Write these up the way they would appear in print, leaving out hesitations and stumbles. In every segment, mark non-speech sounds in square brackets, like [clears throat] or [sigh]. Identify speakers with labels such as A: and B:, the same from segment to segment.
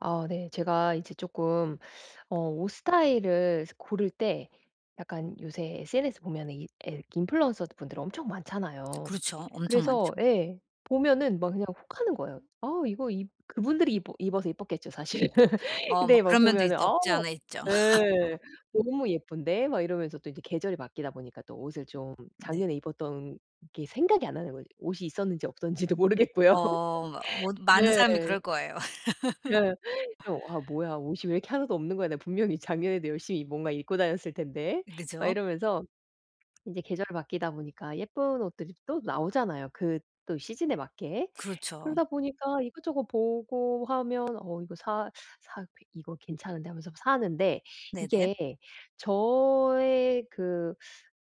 A: 아 네. 제가 이제 조금 옷 스타일을 고를 때 약간 요새 SNS 보면은 이 에 인플루언서 분들 엄청 많잖아요.
B: 그렇죠. 엄청
A: 그래서
B: 많죠.
A: 예. 보면은 막 그냥 혹하는 거예요. 아 이거 이 그분들이 입어서 이뻤겠죠 사실. [laughs]
B: 어 뭐
A: 근데 막
B: 그런 면도 있
A: 보면은 아
B: 없지 않아 있죠. [laughs]
A: 예. '너무 예쁜데?' 막 이러면서 또 이제 계절이 바뀌다 보니까 또 옷을 좀
B: 네.
A: 작년에 입었던 게 생각이 안 나는 거지 옷이 있었는지 없었는지도 모르겠고요. [laughs]
B: 어 막 뭐 많은 사람이
A: 네.
B: 그럴 거예요. [laughs]
A: 예. 그럼 '아 뭐야 옷이 왜 이렇게 하나도 없는 거야. 내가 분명히 작년에도 열심히 뭔가 입고 다녔을 텐데.' 막
B: 그죠?
A: 이러면서 인제 계절 바뀌다 보니까 예쁜 옷들이 또 나오잖아요 그 또 시즌에 맞게.
B: 그렇죠.
A: 그러다 보니까 이것저것 보고 하면 '어 이거 사 사 이거 괜찮은데.' 하면서 사는데
B: 네네.
A: 이게 저의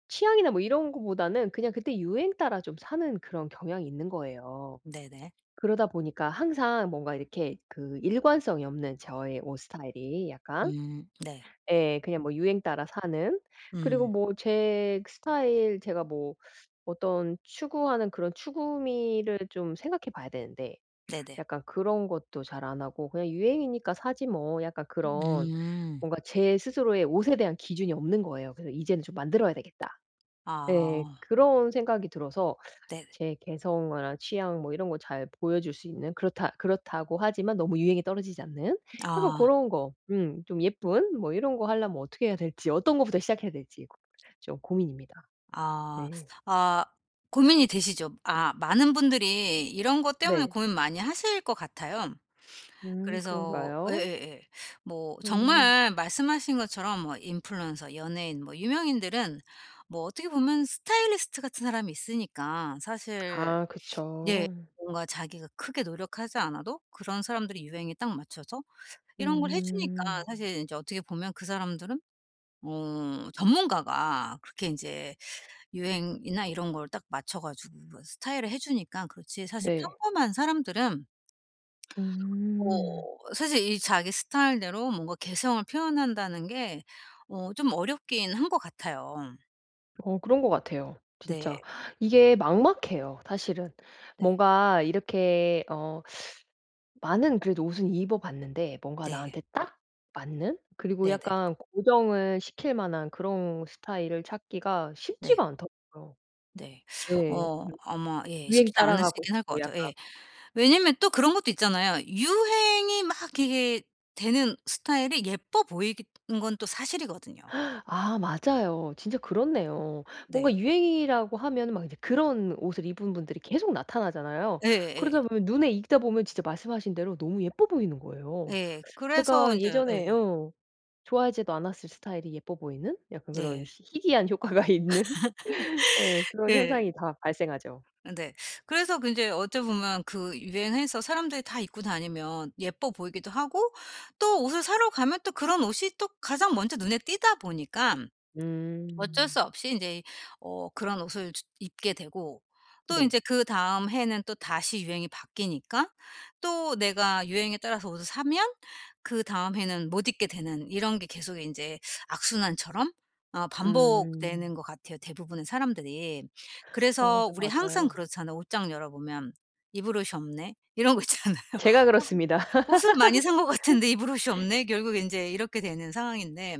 A: 취향이나 뭐 이런 거보다는 그냥 그때 유행 따라 좀 사는 그런 경향이 있는 거예요.
B: 네네.
A: 그러다 보니까 항상 뭔가 이렇게 그 일관성이 없는 저의 옷 스타일이 약간
B: 네.
A: 예 그냥 뭐 유행 따라 사는 그리고
B: 음
A: 뭐 제 스타일 제가 뭐 어떤 추구하는 그런 추구미를 좀 생각해 봐야 되는데
B: 네네.
A: 약간 그런 것도 잘 안 하고 '그냥 유행이니까 사지 뭐.' 약간 그런
B: 음.
A: 뭔가 제 스스로의 옷에 대한 기준이 없는 거예요. 그래서 '이제는 좀 만들어야 되겠다.' 예.
B: 아
A: 그런 생각이 들어서
B: 네.
A: 제 개성이나 취향 뭐 이런 거 잘 보여줄 수 있는 그렇다고 하지만 너무 유행에 떨어지지 않는 약간 그
B: 아
A: 런 거 좀 예쁜 뭐 이런 거 하려면 어떻게 해야 될지 어떤 거부터 시작해야 될지 고 좀 고민입니다.
B: 아
A: 네.
B: 아 고민이 되시죠? 아 많은 분들이 이런 것 때문에
A: 네.
B: 고민 많이 하실 것 같아요. 그래서
A: 그런가요?
B: 예예예. 뭐
A: 음.
B: 정말 말씀하신 것처럼 뭐 인플루언서, 연예인 뭐 유명인들은 뭐 어떻게 보면 스타일리스트 같은 사람이 있으니까 사실
A: 아
B: 예
A: 그쵸.
B: 뭔가 자기가 크게 노력하지 않아도 그런 사람들이 유행에 딱 맞춰서 이런 걸 해 주니까
A: 음.
B: 사실 인제 어떻게 보면 그 사람들은 어 전문가가 그렇게 인제 유행이나 이런 걸 딱 맞춰 가지고 스타일을 해 주니까 그렇지 사실
A: 네.
B: 평범한 사람들은
A: 음.
B: 어 사실 이 자기 스타일대로 뭔가 개성을 표현한다는 게 어 좀 어렵긴 한 것 같아요.
A: 어 그런 것 같아요
B: 네.
A: 진짜. 이게 막막해요 사실은.
B: 네.
A: 뭔가 이렇게 많은 그래도 옷은 입어 봤는데 뭔가
B: 네.
A: 나한테 딱 맞는 그리고
B: 네 네. 네.
A: 약간 고정을 시킬 만한 그런 스타일을 찾기가
B: 네.
A: 쉽지가 않더라고요.
B: 네.
A: 예.
B: 어
A: 그
B: 아마 예 쉽지
A: 유행 따라가고
B: 않으시긴 할 것
A: 싶고
B: 같아요.
A: 약간
B: 예. 왜냐면 또 그런 것도 있잖아요. 유행이 막 이게 되는 스타일이 예뻐 보이는 건 또 사실이거든요.
A: 아 맞아요. 진짜 그렇네요.
B: 네.
A: 뭔가 유행이라고 하면 막 이제 그런 옷을 입은 분들이 계속 나타나잖아요.
B: 예예. 예.
A: 그러다 보면 눈에 익다 보면 진짜 말씀하신 대로 너무 예뻐 보이는 거예요.
B: 예. 그래서
A: 제가
B: 인제
A: 예전에
B: 예.
A: 좋아하지도 않았을 스타일이 예뻐 보이는 약간 그런
B: 네.
A: 희 희귀한 [laughs] 효과가 있는 예. 그런
B: 예.
A: 현상이 다 발생하죠.
B: 네. 그래서 그제 어찌 보면 그 유행해서 사람들이 다 입고 다니면 예뻐 보이기도 하고 또 옷을 사러 가면 또 그런 옷이 또 가장 먼저 눈에 띄다 보니까 어쩔 수
A: 음.
B: 없이 인제 어 그런 옷을 주 입게 되고 또
A: 네.
B: 인제 그다음 해는 또 다시 유행이 바뀌니까 또 내가 유행에 따라서 옷을 사면 그다음 해는 못 입게 되는 이런 게 계속 인제 악순환처럼 어
A: 음.
B: 반복되는 것 같아요, 대부분의 사람들이.
A: 어
B: 그래서
A: 네
B: 우리 항상
A: 맞아요.
B: 그렇잖아요. 옷장 열어보면 '입을 옷이 없네.' 이런 거 있잖아요.
A: 제가
B: [laughs] 옷을
A: 그렇습니다. [laughs]
B: '옷을 많이 산 것 같은데 입을 옷이 없네.' 결국 인제 이렇게 되는 상황인데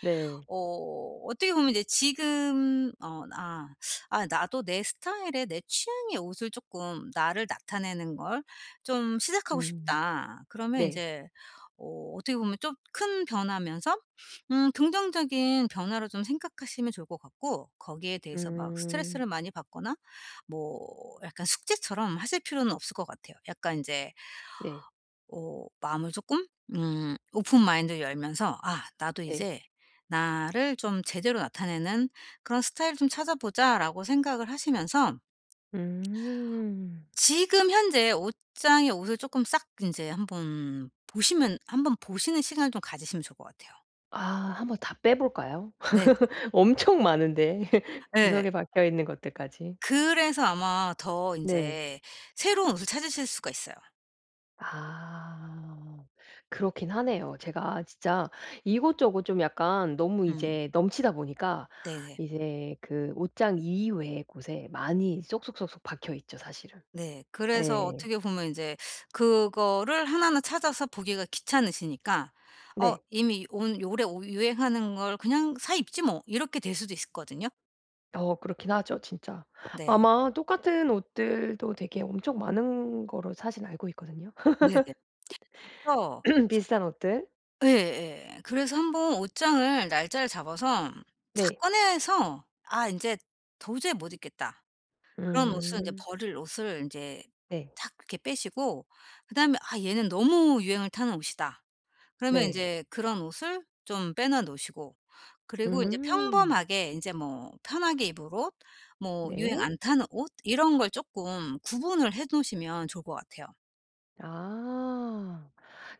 A: 네.
B: 어 어떻게 보면 이제 지금 나도 내 스타일에 내 취향의 옷을 조금 나를 나타내는 걸 좀 시작하고
A: 음.
B: 싶다. 그러면 이
A: 네.
B: 제 어 어떻게 보면 좀 큰 변화면서 긍정적인 변화로 좀 생각하시면 좋을 것 같고 거기에 대해서 막
A: 음.
B: 스트레스를 많이 받거나 뭐 약간 숙제처럼 하실 필요는 없을 것 같아요. 약간 이제
A: 네.
B: 어 마음을 조금 오픈 마인드를 열면서 '아 나도
A: 네.
B: 이제 나를 좀 제대로 나타내는 그런 스타일을 좀 찾아보자.'라고 생각을 하시면서
A: 음.
B: 지금 현재 옷장의 옷을 조금 싹 이제 한번 보시는 시간을 좀 가지시면 좋을 것 같아요.
A: 아 한번 다 빼 볼까요?
B: 네네.
A: [laughs] 엄청 많은데
B: 네
A: 구석에 박혀 있는 것들까지.
B: 그래서 아마 더 이
A: 네.
B: 제 새로운 옷을 찾으실 수가 있어요.
A: 아. 그렇긴 하네요. 제가 진짜 이곳저곳 좀 약간 너무
B: 음.
A: 이제 넘치다 보니까
B: 네네.
A: 이제 그 옷장 이외의 곳에 많이 쏙쏙쏙쏙 박혀 있죠, 사실은.
B: 네. 그래서
A: 네,
B: 어떻게 보면 이제 그거를 하나하나 찾아서 보기가 귀찮으시니까 '어
A: 네.
B: 이미 온 요래 오 유행하는 걸 그냥 사 입지 뭐.' 이렇게 될 수도 있거든요.
A: 어 그렇긴 하죠, 진짜.
B: 네.
A: 아마 똑같은 옷들도 되게 엄청 많은 거로 사실 알고 있거든요.
B: 네네. 그래서
A: [clears throat] 비슷한 옷들.
B: 예예. 그래서 한번 옷장을 날짜를 잡아서 싹
A: 네.
B: 꺼내서 '아 인제 도저히 못 입겠다.' 그런 옷은 이제
A: 음.
B: 버릴 옷을 인제
A: 네.
B: 탁 이렇게 빼시고 그다음에 '아 얘는 너무 유행을 타는 옷이다.' 그러면
A: 네.
B: 인제 그런 옷을 좀 빼놔 놓으시고 그리고 인제
A: 음.
B: 평범하게 인제 뭐 편하게 입을 옷 뭐 유행
A: 네.
B: 안 타는 옷 이런 걸 쪼끔 구분을 해 놓으시면 좋을 것 같아요.
A: 아.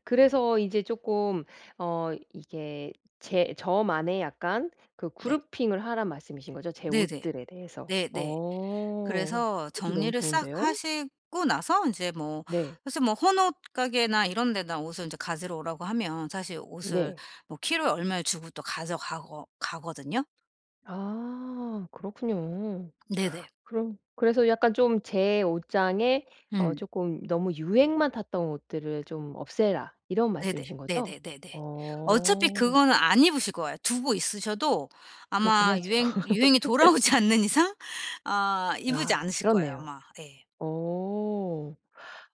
A: 그래서 이제 쪼끔 어 이게 제 저만의 약간 그
B: 네.
A: 그루핑을 하란 말씀이신 거죠? 제
B: 네네.
A: 옷들에 대해서.
B: 네네.
A: 어.
B: 그래서
A: 그것도 너무
B: 정리를 싹
A: 좋은데요?
B: 하시고 나서 인제 뭐
A: 네.
B: 사실 뭐 헌옷 가게나 이런 데다 옷을 인제 가지러 오라고 하면 사실 옷을
A: 네.
B: 뭐 키로에 얼마에 주고 또 가져가거 가거든요.
A: 아 그렇군요.
B: 네네.
A: 그럼 그래서 약간 좀 제 옷장에 어
B: 음.
A: 쪼끔 '너무 유행만 탔던 옷들을 좀 없애라.' 이런
B: 네네.
A: 말씀이신 거죠?
B: 네네네네. 어차피
A: 어.
B: 그거는 안 입으실 거예요. 두고 있으셔도
A: 그렇긴
B: 아마
A: 하죠.
B: 유행이
A: [laughs]
B: 돌아오지 않는 이상 아 입으지
A: 아
B: 않으실 거예요
A: 그렇네요.
B: 아마. 예.
A: 어.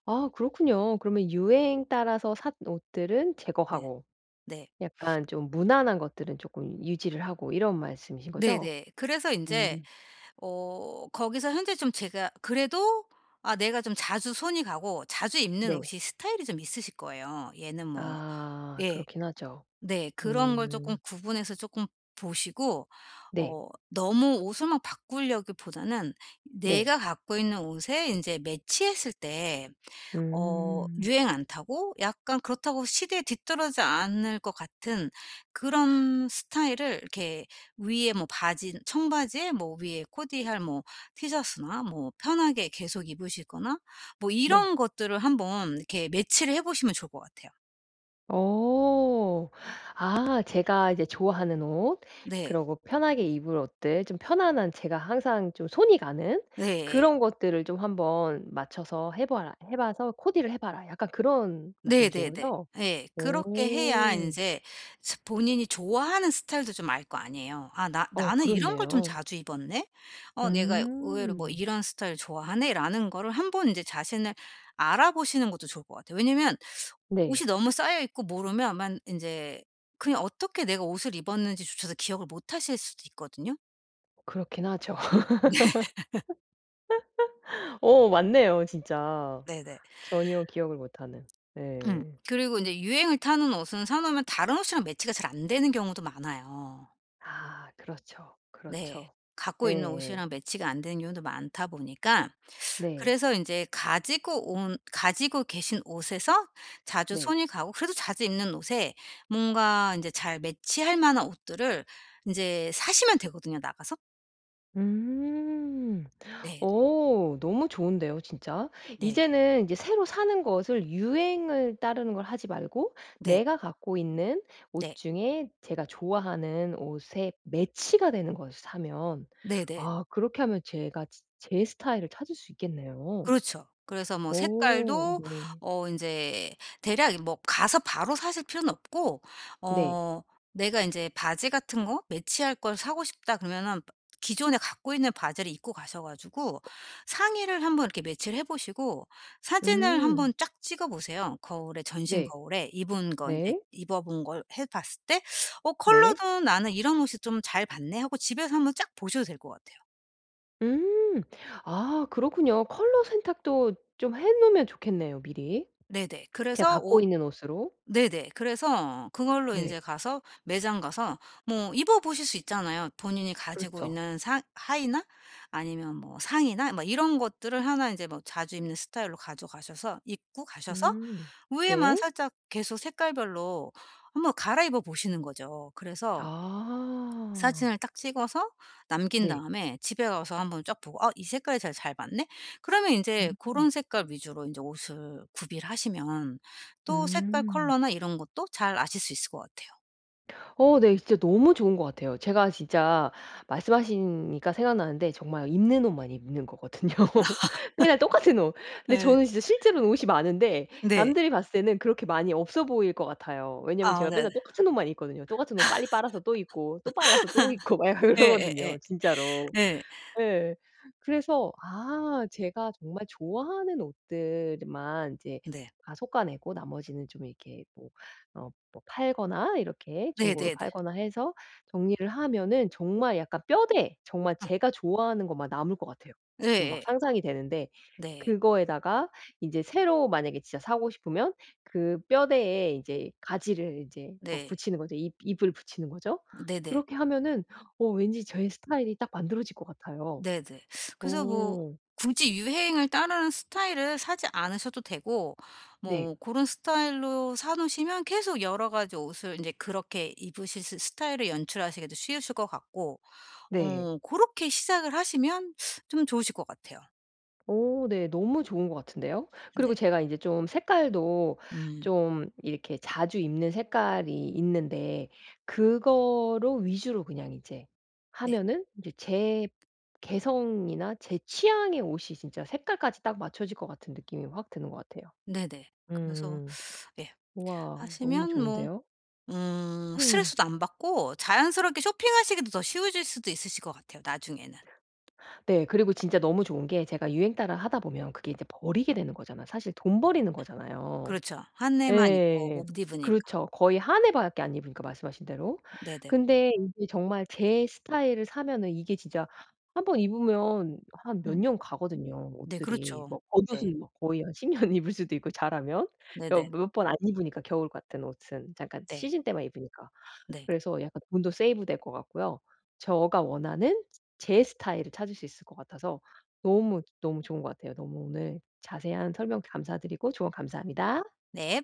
A: 아 그렇군요. 그러면 유행 따라서 산 옷들은
B: 네.
A: 제거하고
B: 네.
A: 약간 좀 무난한 것들은 조금 유지를 하고 이런 말씀이신 거죠?
B: 네네. 그래서 인제
A: 음
B: 어 거기서 현재 좀 제가 그래도 아 내가 좀 자주 손이 가고 자주 입는
A: 네.
B: 옷이 스타일이 좀 있으실 거예요. 얘는 뭐
A: 아
B: 예.
A: 그렇긴 하죠.
B: 네. 그런 걸 조금
A: 음
B: 구분해서 조금 보시고
A: 네.
B: 어 너무 옷을 막 바꾸려기보다는
A: 네.
B: 내가 갖고 있는 옷에 이제 매치했을 때 어
A: 음
B: 유행 안 타고 약간 그렇다고 시대에 뒤떨어지지 않을 것 같은 그런 스타일을 이렇게 위에 뭐 바지 청바지에 뭐 위에 코디할 뭐 티셔츠나 뭐 편하게 계속 입으시거나 뭐
A: 네.
B: 이런 것들을 한번 이렇게 매치를 해 보시면 좋을 것 같아요.
A: 어. 아 제가 이제 좋아하는 옷
B: 네.
A: 그러고 편하게 입을 옷들 좀 편안한 제가 항상 좀 손이 가는
B: 네.
A: 그런 것들을 좀 한번 맞춰서 해 봐서 "코디를 해 봐라." 약간 그런 말씀하신
B: 네네네.
A: 거죠?
B: 예. 그렇게 해야
A: 오.
B: 인제 스 본인이 좋아하는 스타일도 좀 알 거 아니에요. '아 나
A: 어
B: 나는 이런 걸 좀
A: 그렇네요.
B: 자주 입었네. 어 내가 의외로 뭐
A: 음.
B: 이런 스타일 좋아하네.'라는 거를 한번 인제 자신을 알아보시는 것도 좋을 것 같아요. 왜냐면
A: 네.
B: 옷이 너무 쌓여 있고 모르면 만 인제 그냥 어떻게 내가 옷을 입었는지조차도 기억을 못 하실 수도 있거든요.
A: 그렇긴 하죠. [laughs] 어 맞네요 진짜.
B: 네네.
A: 전혀 기억을 못하는.
B: 음.
A: 네.
B: 그리고 인제 유행을 타는 옷은 사 놓으면 다른 옷이랑 매치가 잘 안 되는 경우도 많아요.
A: 아 그렇죠.
B: 네.
A: 그렇죠.
B: 갖고 있는
A: 예예.
B: 옷이랑 매치가 안 되는 경우도 많다 보니까
A: 네.
B: 그래서 인제 가지고 계신 옷에서 자주
A: 네.
B: 손이 가고 그래도 자주 입는 옷에 뭔가 인제 잘 매치할 만한 옷들을 인제 사시면 되거든요 나가서.
A: 음.
B: 네.
A: 어 너무 좋은데요 진짜.
B: 네.
A: 이제는 이제 새로 사는 것을 유행을 따르는 걸 하지 말고
B: 네.
A: 내가 갖고 있는 옷
B: 네.
A: 중에 제가 좋아하는 옷에 매치가 되는 것을 사면
B: 네네.
A: 아 그렇게 하면 제가 지 제 스타일을 찾을 수 있겠네요.
B: 그렇죠. 그래서 뭐
A: 오,
B: 색깔도
A: 네.
B: 어 인제 대략 뭐 가서 바로 사실 필요는 없고
A: 네.
B: 어 내가 인제 바지 같은 거 매치할 걸 사고 싶다 그러면은 기존에 갖고 있는 바지를 입고 가셔 가지고 상의를 한번 이렇게 매치를 해 보시고 사진을 한번
A: 음.
B: 쫙 찍어 보세요. 거울에 전신
A: 네.
B: 거울에 입은 거 인제
A: 네.
B: 입어 본 걸 해 봤을 때 '어
A: 네.
B: 컬러도 나는 이런 옷이 좀 잘 받네.' 하고 집에서 한번 쫙 보셔도 될 것 같아요.
A: 음. 아 그렇군요. 컬러 선택도 좀 해 놓으면 좋겠네요 미리.
B: 네네.
A: 제가
B: 그래서
A: 갖고
B: 오
A: 있는 옷으로.
B: 네네. 그래서 그걸로
A: 네.
B: 인제 가서 매장 가서 뭐 입어 보실 수 있잖아요. 본인이 가지고
A: 그렇죠.
B: 있는 상 하의나 아니면 뭐 상의나 뭐 이런 것들을 하나 인제 뭐 자주 입는 스타일로 가져가셔서 입고 가셔서
A: 음.
B: 위에만
A: 네.
B: 살짝 계속 색깔별로 한번 갈아입어 보시는 거죠. 그래서
A: 아.
B: 사진을 딱 찍어서 남긴
A: 네.
B: 다음에 집에 가서 한번 쫙 보고 '아 이 색깔이 제일 잘 맞네.' 그러면 이제 고런
A: 음.
B: 색깔 위주로 이제 옷을 구비를 하시면 또 색깔
A: 음.
B: 컬러나 이런 것도 잘 아실 수 있을 것 같아요.
A: 어 네. 진짜 너무 좋은 것 같아요. 제가 진짜 말씀하시니까 생각나는데 정말 입는 옷만 입는 거거든요. [laughs] 맨날 똑같은 옷. 근데
B: 예.
A: 저는 진짜 실제로는 옷이 많은데
B: 네.
A: 남들이 봤을 때는 그렇게 많이 없어 보일 것 같아요. 왜냐면
B: 아
A: 제가
B: 네.
A: 맨날 똑같은 옷만 입거든요. 똑같은 옷 빨리 빨아서 또 입고 또 빨아서 또 입고 막 [laughs] 약간
B: 예예예. 예.
A: 그러거든요 진짜로.
B: 예. 예.
A: 예. 그래서 아 제가 정말 좋아하는 옷들만 이제
B: 네.
A: 다 솎아내고 나머지는 좀 이렇게 어 뭐 팔거나 이렇게 중고로
B: 네네네네.
A: 팔거나 해서 정리를 하면은 정말 약간 뼈대 정말 제가 좋아하는 것만 남을 것 같아요. 지금 막
B: 예예.
A: 상상이 되는데
B: 네.
A: 그거에다가 인제 새로 만약에 진짜 사고 싶으면 그 뼈대에 이제 가지를 이제 뭐
B: 네.
A: 붙이는 거죠. 잎 잎을 붙이는 거죠.
B: 네네.
A: 그렇게 하면은 어 왠지 제 스타일이 딱 만들어질 것 같아요.
B: 네네. 그래서 뭐
A: 어.
B: 굳이 유행을 따르는 스타일을 사지 않으셔도 되고 뭐
A: 네.
B: 그런 스타일로 사 놓으시면 계속 여러 가지 옷을 이제 그렇게 입으실 스 스타일을 연출하시기도 쉬우실 것 같고
A: 네.
B: 어 그렇게 시작을 하시면 좀 좋으실 것 같아요.
A: 어 네. 너무 좋은 것 같은데요. 그리고
B: 네.
A: 제가 인제 좀 색깔도
B: 음
A: 좀 이렇게 자주 입는 색깔이 있는데 그거로 위주로 그냥 이제
B: 네.
A: 하면은 이제 제 개성이나 제 취향의 옷이 진짜 색깔까지 딱 맞춰질 것 같은 느낌이 확 드는 것 같아요.
B: 네네. 그래서
A: 음.
B: 예
A: 우와 너무
B: 하시면 뭐
A: 좋은데요. 음.
B: 스트레스도 안 받고 자연스럽게 쇼핑하시기도 더 쉬워질 수도 있으실 것 같아요 나중에는.
A: 네. 그리고 진짜 너무 좋은 게 제가 유행 따라 하다 보면 그게 이제 버리게 되는 거잖아요. 사실 돈 버리는 거잖아요.
B: 그렇죠. 한 해만 입고
A: 예.
B: 못 입으니까.
A: 그렇죠. 거의 한 해 밖에 안 입으니까 말씀하신 대로.
B: 네네.
A: 근데 이게 정말 제 스타일을 사면은 이게 진짜 한 번 입으면 한 몇
B: 음.
A: 년 가거든요,
B: 네
A: 옷들이.
B: 그렇죠.
A: 뭐
B: 네.
A: 겉옷은 뭐 거의 한 10년 [laughs] 입을 수도 있고 잘하면.
B: 네네.
A: 몇 번 안 입으니까 겨울 같은 옷은 잠깐
B: 네.
A: 시즌 때만 입으니까.
B: 네.
A: 그래서 약간 돈도 세이브 될 것 같고요. 제가 원하는 제 스타일을 찾을 수 있을 것 같아서 너무, 너무 좋은 것 같아요. 너무 오늘 자세한 설명 감사드리고 조언 감사합니다.
B: 네.